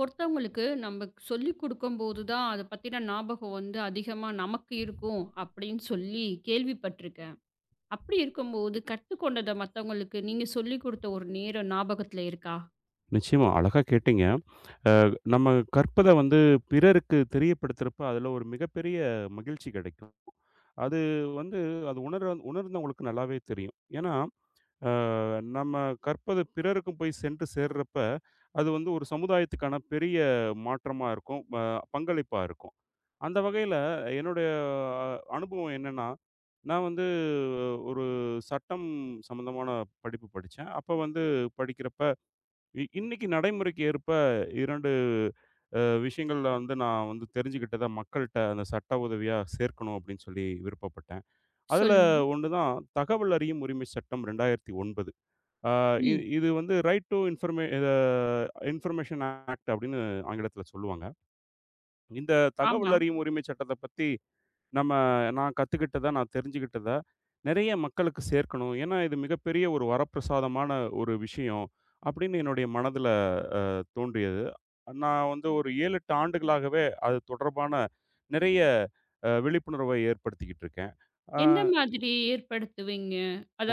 ஒருத்தவங்களுக்கு நம்ம சொல்லிக் கொடுக்கும்போது தான் அதை பத்தின ஞாபகம் வந்து அதிகமா நமக்கு இருக்கும் அப்படின்னு சொல்லி கேள்விப்பட்டிருக்கேன். அப்படி இருக்கும்போது கத்துக்கொண்டத மத்தவங்களுக்கு நீங்க சொல்லிக் கொடுத்த ஒரு நேரம் ஞாபகத்துல இருக்கா? நிச்சயமா. அழகா கேட்டீங்க. நம்ம கற்பத பிறருக்கு தெரியப்படுத்துறப்ப, அதுல ஒரு மிகப்பெரிய மகிழ்ச்சி கிடைக்கும். அது வந்து அது உணர உணர்ந்தவங்களுக்கு நல்லாவே தெரியும். ஏன்னா, அ நம்ம கற்பது பிறருக்கும் போய் சென்று சேர்றப்ப, அது வந்து ஒரு சமுதாயத்துக்கான பெரிய மாற்றமா இருக்கும். பங்களிப்பா இருக்கும். அந்த வகையில என்னுடைய அ அனுபவம் என்னன்னா, நான் வந்து ஒரு சட்டம் சம்மந்தமான படிப்பு படிச்சேன். அப்ப வந்து படிக்கிறப்ப இன்னைக்கு நடைமுறைக்கு ஏற்ப 2 விஷயங்கள்ல நான் வந்து தெரிஞ்சுக்கிட்டத மக்கள்ட்ட அந்த சட்ட உதவியா சேர்க்கணும் அப்படின்னு சொல்லி விருப்பப்பட்டேன். அதுல சொல்லுங்க. ஒண்ணு தான் தகவல் அறியும் உரிமை சட்டம் 2009. ஆ இ ம். இது வந்து right to uh information act அப்படின்னு ஆங்கிலத்தில சொல்லுவாங்க. இந்த தகவல் ஆமா. அறியும் உரிமை சட்டத்த பத்தி நம்ம நான் கத்துக்கிட்டத, நான் தெரிஞ்சுக்கிட்டத நெறைய மக்களுக்கு சேர்க்கணும். ஏன்னா, இது மிகப்பெரிய ஒரு வரப்பிரசாதமான ஒரு விஷயம் அப்படின்னு என்னுடைய மனதில தோன்றியது. நான் வந்து ஒரு 7, 8 ஆண்டுகளாகவே அது தொடர்பான நிறைய விழிப்புணர்வை ஏற்படுத்திக்கிட்டு இருக்கேன். ஆ, எந்த மாதிரி ஏற்படுத்துவீங்க?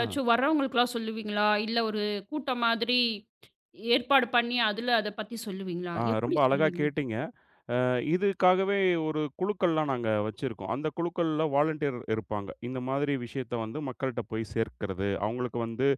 ஆ, வர்றவங்களுக்கெல்லாம் சொல்லுவீங்களா? இல்ல ஒரு கூட்டம் மாதிரி ஏற்பாடு பண்ணி அதுல அத பத்தி சொல்லுவீங்களா? ஆ ரொம்ப எப்படி அழகா சொல்லுவீங்க? கேட்டீங்க. அ இதுக்காகவே ஒரு குழுக்கள்லாம் நாங்க வச்சிருக்கோம். அந்த குழுக்கள்ல வாலண்டியர் இருப்பாங்க. இந்த மாதிரி விஷயத்த மக்கள்ட்ட போய் சேர்க்கிறது, அவங்களுக்கு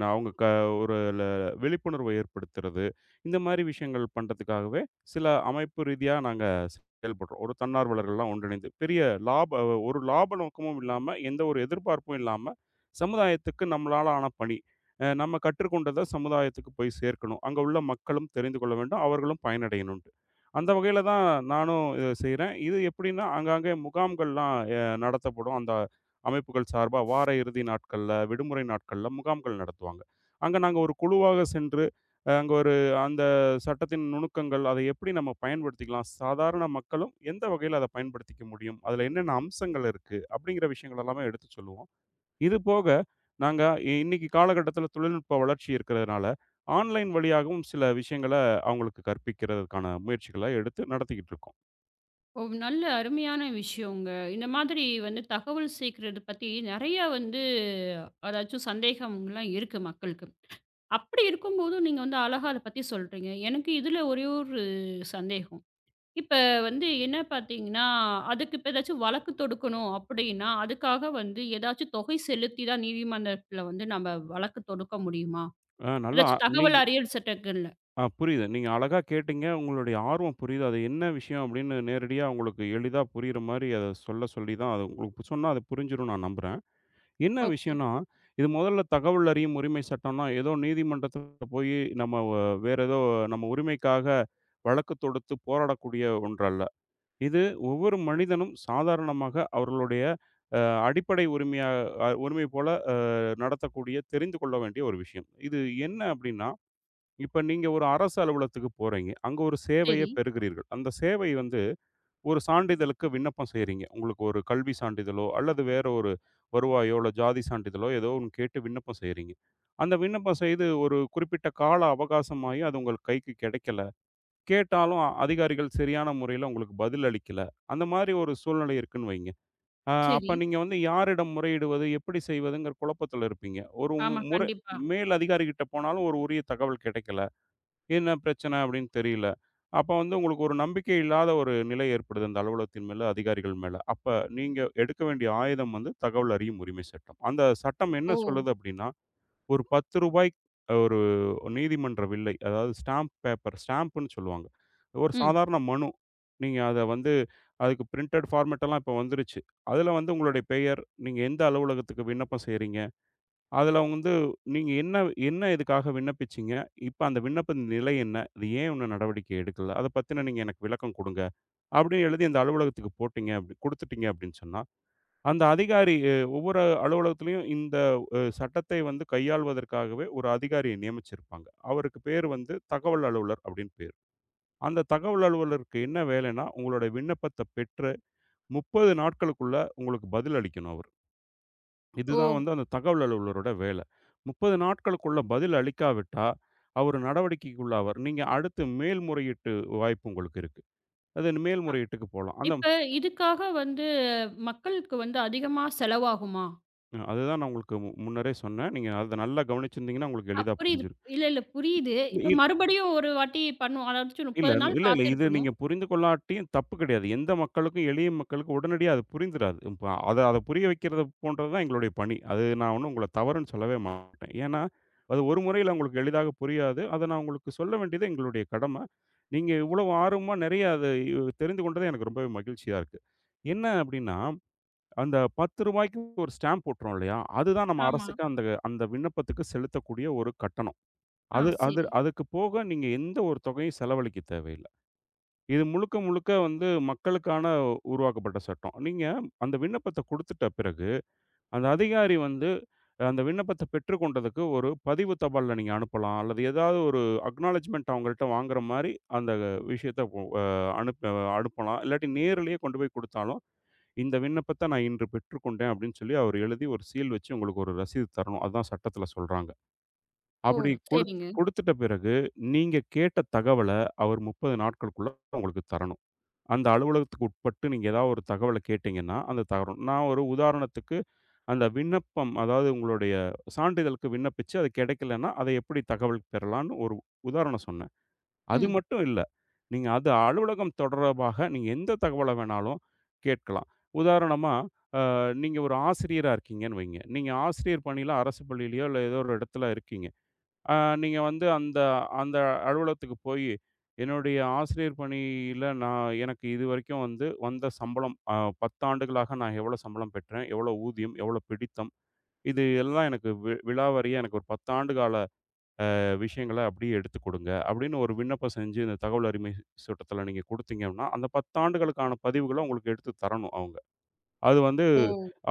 ந அவங்க க ஒரு ல விழிப்புணர்வை ஏற்படுத்துறது. இந்த மாரி விஷயங்கள் பண்றதுக்காகவே, சில அமைப்பு ரீதியா நாங்க செயல்படுறோம். ஒரு தன்னார்வலர்கள்லாம் ஒன்றிணைந்து, பெரிய லாப ஒரு லாப நோக்கமும் இல்லாம, எந்த ஒரு எதிர்பார்ப்பும் இல்லாம, சமுதாயத்துக்கு நம்மளால ஆன பணி. நம்ம கற்றுக்கொண்டத சமுதாயத்துக்கு போய் சேர்க்கணும். அங்க உள்ள மக்களும் தெரிந்து கொள்ள வேண்டும். அவர்களும் பயனடையணுன்ட்டு. அந்த வகையில தான் நானும் இத செய்றேன். இது எப்படின்னா, ஆங்காங்கே முகாம்கள்லாம் நடத்தப்படும். அந்த அமைப்புகள் சார்பா வார இறுதி நாட்கள்ல, விடுமுறை நாட்கள்ல முகாம்கள் நடத்துவாங்க. அங்க நாங்க ஒரு குழுவாக சென்று, அ அங்க ஒரு அந்த சட்டத்தின் நுணுக்கங்கள், அதை எப்படி நம்ம பயன்படுத்திக்கலாம்? சாதாரண மக்களும் எந்த வகையில அத பயன்படுத்திக்க முடியும்? அதுல என்னென்ன அம்சங்கள் இருக்கு? அப்படிங்கிற விஷயங்கள் எல்லாமே எடுத்து சொல்லுவோம். இது போக, நாங்க இன்னைக்கு காலகட்டத்தில தொழில்நுட்ப வளர்ச்சி இருக்கிறதுனால, ஆன்லைன் வழியாகவும் சில விஷயங்கள அவங்களுக்கு கற்பிக்கிறதுக்கான முயற்சிகள எடுத்து நடத்திக்கிட்டு இருக்கோம். ஓ! நல்ல அருமையான விஷயங்க. இந்த மாதிரி வந்து தகவல் சேக்கிறது பத்தி நெறைய வந்து அதாச்சும் சந்தேகம்லாம் இருக்கு மக்களுக்கு. அப்படி இருக்கும்போது நீங்க வந்து அழகா அத பத்தி சொல்றீங்க. எனக்கு இதுல ஒரே ஒரு சந்தேகம். இப்ப வந்து என்ன பார்த்தீங்கன்னா, அதுக்கு இப்ப ஏதாச்சும் வழக்கு தொடுக்கணும் அப்படின்னா, அதுக்காக வந்து ஏதாச்சும் தொகை செலுத்தி தான் நீதிமன்றத்துல வந்து நம்ம வழக்கு தொடுக்க முடியுமா? அ நல்லா ஏதாச்சும் நீ தகவல் அறியல் சட்டங்கள்ல. ஆ புரியுது. நீங்க அழகா கேட்டீங்க. உங்களுடைய ஆர்வம் புரியுது. அது என்ன விஷயம் அப்படின்னு நேரடியா உங்களுக்கு எளிதா புரியிற மாரி அத சொல்ல சொல்லி தான் அது சொன்னா அது புரிஞ்சிரும் நான் நம்புறேன். என்ன ஓகே. விஷயம்ன்னா, இது முதல்ல தகவல் அறியும் உரிமை சட்டம்னா, ஏதோ நீதிமன்றத்துல போயி நம்ம வ வேற ஏதோ நம்ம உரிமைக்காக வழக்கு தொடுத்து போராடக்கூடிய ஒன்றல்ல. இது ஒவ்வொரு மனிதனும் சாதாரணமாக அவர்களுடைய அ அடிப்படை உரிமையா உரிமை போல நடத்தக்கூடிய தெரிந்து கொள்ள வேண்டிய ஒரு விஷயம். இது என்ன அப்படின்னா, இப்ப நீங்க ஒரு அரசு அலுவலகத்துக்கு போறீங்க. அங்க ஒரு சேவைய சரி, பெறுகிறீர்கள். அந்த சேவை வந்து ஒரு சான்றிதழுக்கு விண்ணப்பம் செய்றீங்க. உங்களுக்கு ஒரு கல்வி சான்றிதழோ, அல்லது வேற ஒரு வருவாயோ, இல்ல ஜாதி சான்றிதழோ ஏதோ ஒண்ணு கேட்டு விண்ணப்பம் செய்றீங்க. அந்த விண்ணப்பம் செய்து ஒரு குறிப்பிட்ட கால அவகாசமாகி அது உங்கள் கைக்கு கிடைக்கல. கேட்டாலும் அதிகாரிகள் சரியான முறையில உங்களுக்கு பதில் அளிக்கல. அந்த மாரி ஒரு சூழ்நிலை இருக்குன்னு வைங்க. சரி. அப்ப நீங்க யாரிடம் முறையிடுவது? எப்படி செய்வதுங்கிற குழப்பத்துல இருப்பீங்க. ஆமா, முறை கண்டிப்பா. மேல் அதிகாரிகிட்ட போனாலும் ஒரு உரிய தகவல் கிடைக்கல. என்ன பிரச்சனை அப்படின்னு தெரியல. அப்ப வந்து உங்களுக்கு ஒரு நம்பிக்கை இல்லாத ஒரு நிலை ஏற்படுது அந்த அலுவலகத்தின் மேல, அதிகாரிகள் மேல. அப்ப நீங்க எடுக்க வேண்டிய ஆயுதம் வந்து தகவல் அறியும் உரிமை சட்டம். அந்த சட்டம் என்ன ஓ! சொல்லுது அப்படின்னா, ஒரு ரூ. 10 ஒரு நீதிமன்ற வில்லை, அதாவது ஸ்டாம்ப் பேப்பர் ஸ்டாம்ப்ன்னு சொல்லுவாங்க. ஒரு ம். சாதாரண மனு. நீங்க அத வந்து அதுக்கு பிரிண்டட் ஃபார்மேட் எல்லாம் இப்ப வந்துருச்சு. அதுல வந்து உங்களுடைய பெயர், நீங்க எந்த அலுவலகத்துக்கு விண்ணப்பம் செய்றீங்க? அதுல வந்து நீங்க என்ன என்ன இதுக்காக விண்ணப்பிச்சீங்க? இப்ப அந்த விண்ணப்ப நிலை என்ன? அது ஏன் இன்னும் நடவடிக்கை எடுக்கல? அத பத்தின நீங்க எனக்கு விளக்கம் குடுங்க. அப்படின்னு எழுதி அந்த அலுவலகத்துக்கு போட்டீங்க அப்படி குடுத்துட்டீங்க அப்படின்னு சொன்னா, அந்த அதிகாரி அ ஒவ்வொரு அலுவலகத்திலயும் இந்த சட்டத்தை கையாள்வதற்காகவே ஒரு அதிகாரியை நியமிச்சிருப்பாங்க. அவருக்கு பேர் தகவல் அலுவலர் அப்படின்னு பேரு. அந்த தகவல் அலுவலருக்கு என்ன வேலைன்னா, உங்களுடைய விண்ணப்பத்த பெற்று 30 நாட்களுக்குள்ள உங்களுக்கு பதில் அளிக்கணும் அவரு. ஓ! இதுதான் அந்த தகவல் அலுவலரோட வேலை. 30 நாட்களுக்குள்ள பதில் அளிக்காவிட்டா, அவரு நடவடிக்கைக்கு உள்ளாவார். நீங்க அடுத்து மேல்முறையீட்டு வாய்ப்பு உங்களுக்கு இருக்கு. அது மேல்முறையீட்டுக்கு போலாம். இப்ப இதுக்காக வந்து மக்களுக்கு வந்து அதிகமா செலவாகுமா? அதுதான் நான் உங்களுக்கு முன்னரே சொன்னேன். நீங்க அத நல்லா கவனிச்சிருந்தீங்கன்னா உங்களுக்கு அ எளிதா புரியுது. புரிஞ்சிரும். இல்ல, இல்ல புரியுது. இப்ப மறுபடியும் ஒரு வாட்டி பண்ணுவோம். அதாச்சும் இல்ல, 30 நாள் இல்ல, இல்ல. இது நீங்க காத்திருக்கணும். புரிந்து கொள்ளாட்டியும் தப்பு கிடையாது. எந்த மக்களுக்கும், எளிய மக்களுக்கும் உடனடியா அது புரிந்துராது. இப்ப அத அத புரிய வைக்கிறது போன்றது தான் எங்களுடைய பணி. அது நான் ஒண்ணும் உங்கள தவறுன்னு சொல்லவே மாட்டேன். ஏன்னா, அது ஒரு முறையில உங்களுக்கு எளிதாக புரியாது. அத நான் உங்களுக்கு சொல்ல வேண்டியது எங்களுடைய கடமை. நீங்க இவ்வளவு ஆர்வமா நெறைய அத தெரிந்து கொண்டது எனக்கு ரொம்பவே மகிழ்ச்சியா இருக்கு. என்ன அப்டின்னா, அந்த ரூ. 10க்கு ஒரு ஸ்டாம்ப் போட்டுறோம் இல்லையா? அதுதான் நம்ம ஆமா. அரசுக்கு அந்த அந்த விண்ணப்பத்துக்கு செலுத்தக்கூடிய ஒரு கட்டணம். ஆ அது அது சரி. அதுக்கு போக நீங்க எந்த ஒரு தொகையும் செலவழிக்க தேவையில்ல. இது முழுக்க, முழுக்க மக்களுக்கான உருவாக்கப்பட்ட சட்டம். நீங்க அந்த விண்ணப்பத்த குடுத்துட்ட பிறகு, அந்த அதிகாரி வந்து அந்த விண்ணப்பத்த பெற்றுக்கொண்டதுக்கு ஒரு பதிவு தபால்ல நீங்க அனுப்பலாம். அல்லது ஏதாவது ஒரு அக்னாலெட்ஜ்மென்ட் அவங்கள்ட்ட வாங்குற மாரி அந்த விஷயத்த ஒ அ அனுப்ப அனுப்பலாம். இல்லாட்டி நேரிலேயே கொண்டு போய் குடுத்தாலும், இந்த விண்ணப்பத்த நான் இன்று பெற்றுக்கொண்டேன் அப்படின்னு சொல்லி அவர் எழுதி ஒரு சீல் வச்சு உங்களுக்கு ஒரு ரசீது தரணும். அதான் சட்டத்துல சொல்றாங்க. ஓ! அப்படி சரிங்க. குடுத்துட்ட பிறகு, நீங்க கேட்ட தகவல அவர் 30 நாட்களுக்குள்ள உங்களுக்கு தரணும். அந்த அலுவலகத்துக்கு உட்பட்டு நீங்க ஏதாவது ஒரு தகவல கேட்டீங்கன்னா, அந்த தகவல் நான் ஒரு உதாரணத்துக்கு அந்த விண்ணப்பம் அதாவது உங்களுடைய சான்றிதழுக்கு விண்ணப்பிச்சு அது கிடைக்கலன்னா, அதை எப்படி தகவல் பெறலான்னு ஒரு உதாரணம் சொன்னேன். அது ம். மட்டும் இல்ல. நீங்க அலுவலகம் தொடர்பாக நீங்க எந்த தகவல வேணாலும் கேட்கலாம். உதாரணமா, அ நீங்க ஒரு ஆசிரியரா இருக்கீங்கன்னு வைங்க. நீங்க ஆசிரியர் பணியில அரசு பள்ளியிலயோ, இல்ல ஏதோ ஒரு இடத்துல இருக்கீங்க. ஆ, நீங்க வந்து அந்த அந்த அலுவலகத்துக்கு போயி, "என்னுடைய ஆசிரியர் பணியில நான் எனக்கு இதுவரைக்கும் வந்த சம்பளம் 10 ஆண்டுகளாக நான் எவ்வளோ சம்பளம் பெற்றேன்? எவ்வளோ ஊதியம்? எவ்வளோ பிடித்தம்? இது எல்லாம் எனக்கு விலாவாரியா எனக்கு ஒரு 10 ஆண்டு கால விஷயங்கள அப்படியே எடுத்துக் கொடுங்க." அப்படின்னு ஒரு விண்ணப்பம் செஞ்சு இந்த தகவல் அருமை சட்டத்தில நீங்க குடுத்தீங்கன்னா, அந்த 10 ஆண்டுகளுக்கான பதிவுகள உங்களுக்கு எடுத்து தரணும் அவங்க. அது வந்து ஓ!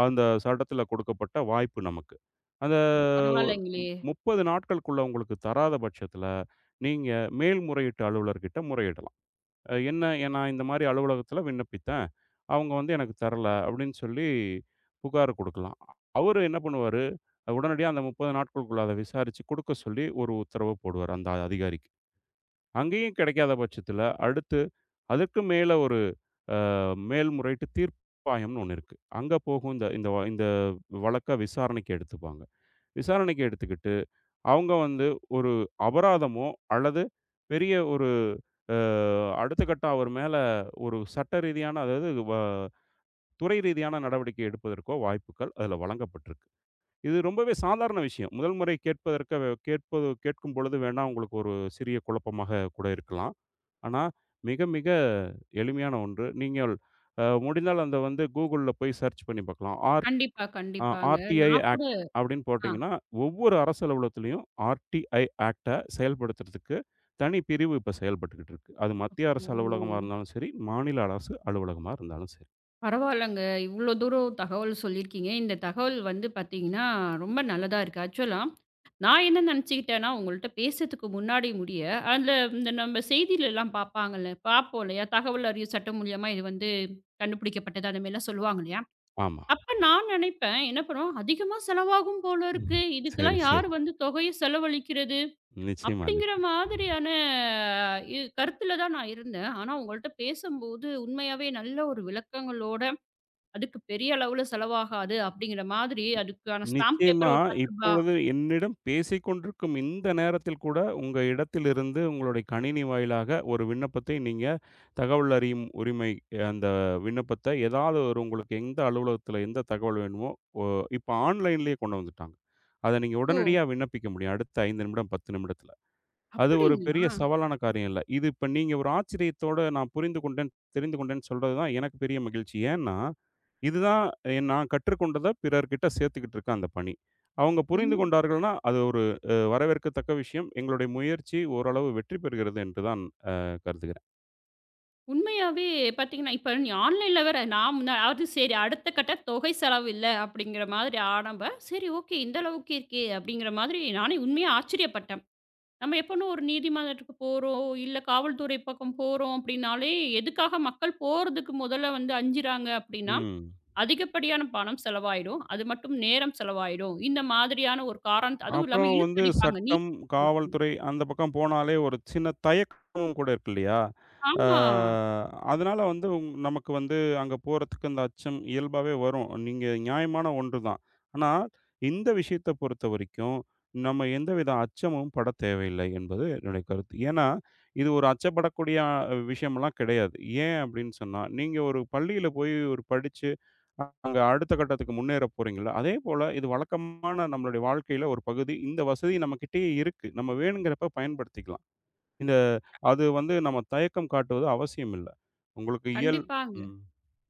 அந்த சட்டத்தில கொடுக்கப்பட்ட வாய்ப்பு நமக்கு. அந்த பரவாயில்லைங்களே! 30 நாட்களுக்குள்ள உங்களுக்கு தராத பட்சத்தில, நீங்க மேல்முறையீட்டு அலுவலர்கிட்ட முறையிடலாம். அ என்ன எ நான் இந்த மாரி அலுவலகத்தில விண்ணப்பித்தேன். அவங்க வந்து எனக்கு தரல அப்படின்னு சொல்லி புகார் குடுக்கலாம். அவரு என்ன பண்ணுவாரு, உடனடியா அந்த 30 நாட்களுக்குள்ள அத விசாரிச்சு குடுக்க சொல்லி ஒரு உத்தரவு போடுவாரு அந்த அதிகாரிக்கு. அங்கேயும் கிடைக்காத பட்சத்தில, அடுத்து அதற்கு மேல ஒரு மேல்முறையீட்டு தீர்ப்பாயம்னு ஒண்ணு இருக்கு. அங்க போகும் இந்த இந்த வ இந்த வழக்க விசாரணைக்கு எடுத்துப்பாங்க. விசாரணைக்கு எடுத்துக்கிட்டு அவங்க வந்து ஒரு அபராதமோ, அல்லது பெரிய ஒரு அ அடுத்த கட்ட அவர் மேல ஒரு சட்ட ரீதியான அதாவது துறை ரீதியான நடவடிக்கை எடுப்பதற்கோ வாய்ப்புகள் அதில வழங்கப்பட்டிருக்கு. இது ரொம்பவே சாதாரண விஷயம். முதல் முறை கேட்பதற்கு வே- கேட்பது கேட்கும் பொழுது வேணா உங்களுக்கு ஒரு சிறிய குழப்பமாக கூட இருக்கலாம். ஆனா, மிக மிக எளிமையான ஒன்று. நீங்கள் முடிந்தால் அந்த வந்து Googleல போய் சர்ச் பண்ணி பார்க்கலாம். கண்டிப்பா, கண்டிப்பாங்க. ஆர்டிஐ நான் கூட ஆக்ட் அப்படின்னு ஆ. போட்டிங்கன்னா, ஒவ்வொரு அரசு அலுவலகத்திலயும் ஆர்டிஐ ஆக்ட்ட செயல்படுத்துறதுக்கு தனி பிரிவு இப்ப செயல்பட்டுக்கிட்டு இருக்கு. அது மத்திய அரசு ஓ! அலுவலகமா இருந்தாலும் சரி, மாநில அரசு அலுவலகமா இருந்தாலும் சரி. பரவாயில்லங்க. இவ்ளோ தூரம் தகவல் சொல்லியிருக்கீங்க. இந்த தகவல் வந்து பார்த்தீங்கன்னா, ரொம்ப நல்லதா இருக்கு. ஆக்சுவலா நான் என்ன நெனச்சுக்கிட்டேன்னா, உங்கள்ட்ட பேசுறதுக்கு முன்னாடி முடிய, அதில இந்த நம்ம செய்தியிலலாம் பார்ப்பாங்கல்ல, பார்ப்போம் இல்லையா? தகவல் அறியும் சட்டம் மூலியமா இது வந்து கண்டுபிடிக்கப்பட்டது. அந்த மாரிலாம் சொல்லுவாங்க இல்லையா? ஆமா. அப்ப நான் நெனைப்பேன், என்ன பண்ணுவோம், அதிகமா செலவாகும் போல ம். இருக்கு. சரி, இதுக்கெல்லாம் யார் சரி. வந்து தொகைய செலவழிக்கிறது? நிச்சயமா. அப்படிங்கிற நிச்சயமா. மாதிரியான இ கருத்துல தான் நான் இருந்தேன். ஆனா உங்கள்ட்ட பேசும்போது உண்மையாவே நல்ல ஒரு விளக்கங்களோட அதுக்கு பெரிய அளவுல செலவாகாது அப்படிங்கிற மாதிரி அதுக்கான ஸ்டாம்ப் நிச்சயமா. பேப்பர் ஒரு ரூ. 10. இப்பொழுது என்னிடம் பேசிக் கொண்டிருக்கும் இந்த நேரத்தில் கூட, உங்க இடத்திலிருந்து உங்களுடைய கணினி வாயிலாக ஒரு விண்ணப்பத்தை நீங்க தகவல் அறியும் உரிமை அஹ், அந்த விண்ணப்பத்த ஏதாவது ஒரு உங்களுக்கு எந்த அலுவலகத்தில எந்த தகவல் வேணுமோ, ஒ இப்ப ஆன்லைன்லேயே கொண்டு வந்துட்டாங்க. அத நீங்க ஓ! உடனடியா விண்ணப்பிக்க முடியும். அடுத்த 5 நிமிடம், 10 நிமிடத்தில. அது ஒரு பெரிய அப்படிங்களா? சவாலான காரியம் இல்ல. இது இப்ப நீங்க ஒரு ஆச்சரியத்தோட நான் புரிந்து கொண்டேன், தெரிந்து கொண்டேன்னு சொல்றது தான் எனக்கு பெரிய மகிழ்ச்சி. ஏன்னா, இதுதான் நான் கற்றுக்கொண்டத பிறர்கிட்ட சேர்த்துக்கிட்டு இருக்கேன் அந்த பணி. அவங்க புரிந்து ரொம்ப கொண்டார்கள்னா, அது ஒரு வரவேற்கத்தக்க விஷயம். எங்களுடைய முயற்சி ஓரளவு வெற்றி பெறுகிறது என்று தான் அ கருதுகிறேன். உண்மையாவே பார்த்தீங்கன்னா, இப்ப நீ ஆன்லைன்ல வேற நான் முன்ன அதாவது சரி அடுத்த கட்ட தொகை செலவு இல்ல அப்படிங்கிற மாதிரி ஆனப்ப, சரி ஓகே இந்த அளவுக்கு இருக்கே அப்படிங்கிற மாதிரி நானே உண்மையா ஆச்சரியப்பட்டேன். நம்ம எப்பன்னு ஒரு நீதிமன்றத்துக்கு போறோம், இல்ல காவல்துறை பக்கம் போறோம் அப்படின்னாலே, எதுக்காக மக்கள் போறதுக்கு முதல்ல வந்து அஞ்சுறாங்க அப்படின்னா, ம். அதிகப்படியான பணம் செலவாயிடும். அது மட்டும் நேரம் செலவாயிடும். இந்த மாதிரியான ஒரு காரணத் அதுவும் இல்லாம அப்புறம் இழுத்தடிப்பாங்க. நீ சட்டம், காவல்துறை அந்த பக்கம் போனாலே ஒரு சின்ன தயக்கமும் கூட இருக்கு இல்லையா? ஆ ஆமா. அதனால வந்து உங் நமக்கு அங்க போறதுக்கு அந்த அச்சம் இயல்பாவே வரும். நீங்க நியாயமான ஒன்று தான். ஆனா, இந்த விஷயத்த பொறுத்தவரைக்கும் நம்ம எந்தவித அச்சமும் பட தேவையில்லை என்பது என்னுடைய கருத்து. ஏன்னா, இது ஒரு அச்சப்படக்கூடிய விஷயம்லாம் கிடையாது. ஏன் அப்படின்னு சொன்னா, நீங்க ஒரு பள்ளியில போய் ஒரு படிச்சு அங்க அடுத்த கட்டத்துக்கு முன்னேற போறீங்கள்ல, அதேபோல இது வழக்கமான நம்மளுடைய வாழ்க்கையில ஒரு பகுதி. இந்த வசதி நம்மகிட்டயே இருக்கு. நம்ம வேணுங்கிறப்ப பயன்படுத்திக்கலாம். இந்த அது வந்து நம்ம தயக்கம் காட்டுவது அவசியம் இல்ல. உங்களுக்கு இயல் கண்டிப்பாங்க. ம்.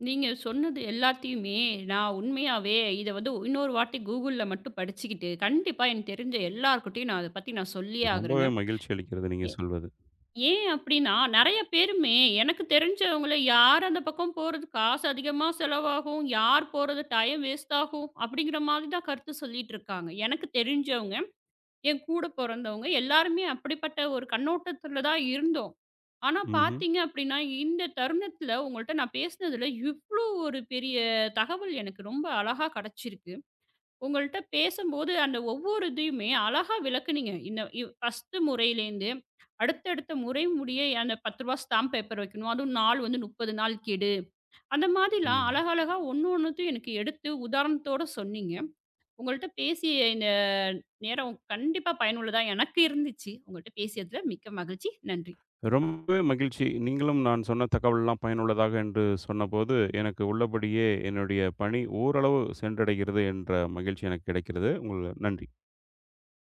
நீங்க சொன்னது எல்லாத்தையுமே நான் உண்மையாவே இத வந்து இன்னொரு வாட்டி Googleல மட்டும் படிச்சுக்கிட்டு, கண்டிப்பா எனக்கு தெரிஞ்ச எல்லார்கிட்டயும் நான் அத பத்தி சொல்லியே ஆகுறேங்க. ரொம்பவே மகிழ்ச்சி அளிக்கிறது நீங்க ஏ சொல்வது. ஏன் அப்டின்னா, நெறைய பேருமே எனக்கு தெரிஞ்சவங்கள யார் அந்த பக்கம் போறது காசு அதிகமா செலவாகும், யார் போறது டைம் வேஸ்ட் ஆகும், அப்டிங்கிற மாதிரி தான் கருத்து சொல்லிட்டு இருக்காங்க. எனக்கு தெரிஞ்சவங்க என் கூட பொறந்தவங்க எல்லாருமே அப்படிப்பட்ட ஒரு கண்ணோட்டத்துல தான் இருந்தோம். ஆனா ம்ஹ்ம். பார்த்தீங்க அப்படின்னா, இந்த தருணத்துல உங்கள்ட்ட நான் பேசினதுல இவ்ளோ ஒரு பெரிய தகவல் எனக்கு ரொம்ப அழகா கிடைச்சிருக்கு. உங்கள்ட்ட பேசும்போது அந்த ஒவ்வொரு இதையுமே அழகா விளக்குனீங்க. இந்த இவ் ஃபர்ஸ்ட்டு முறையிலேருந்து அடுத்தடுத்த முறை முடிய அந்த ரூ. 10 ஸ்டாம்ப் பேப்பர் வைக்கணும். அதுவும் நாள் வந்து 30 நாள் கெடு. அந்த மாதிரிலாம் ம். அழகழகா ஒண்ணு ஒண்ணுத்தையும் எனக்கு எடுத்து உதாரணத்தோட சொன்னீங்க. உங்கள்ட்ட பேசிய இந்த நேரம் கண்டிப்பா பயனுள்ளதா எனக்கு இருந்துச்சு. உங்கள்ட்ட பேசியதுல மிக்க மகிழ்ச்சி. நன்றி. ரொம்பவே மகிழ்ச்சி. நீங்களும் நான் சொன்ன தகவல்லாம் பயனுள்ளதாக என்று சொன்னபோது, எனக்கு உள்ளபடியே என்னுடைய பணி ஓரளவு சென்றடைகிறது என்ற மகிழ்ச்சி எனக்கு கிடைக்கிறது. உங்கள் நன்றி.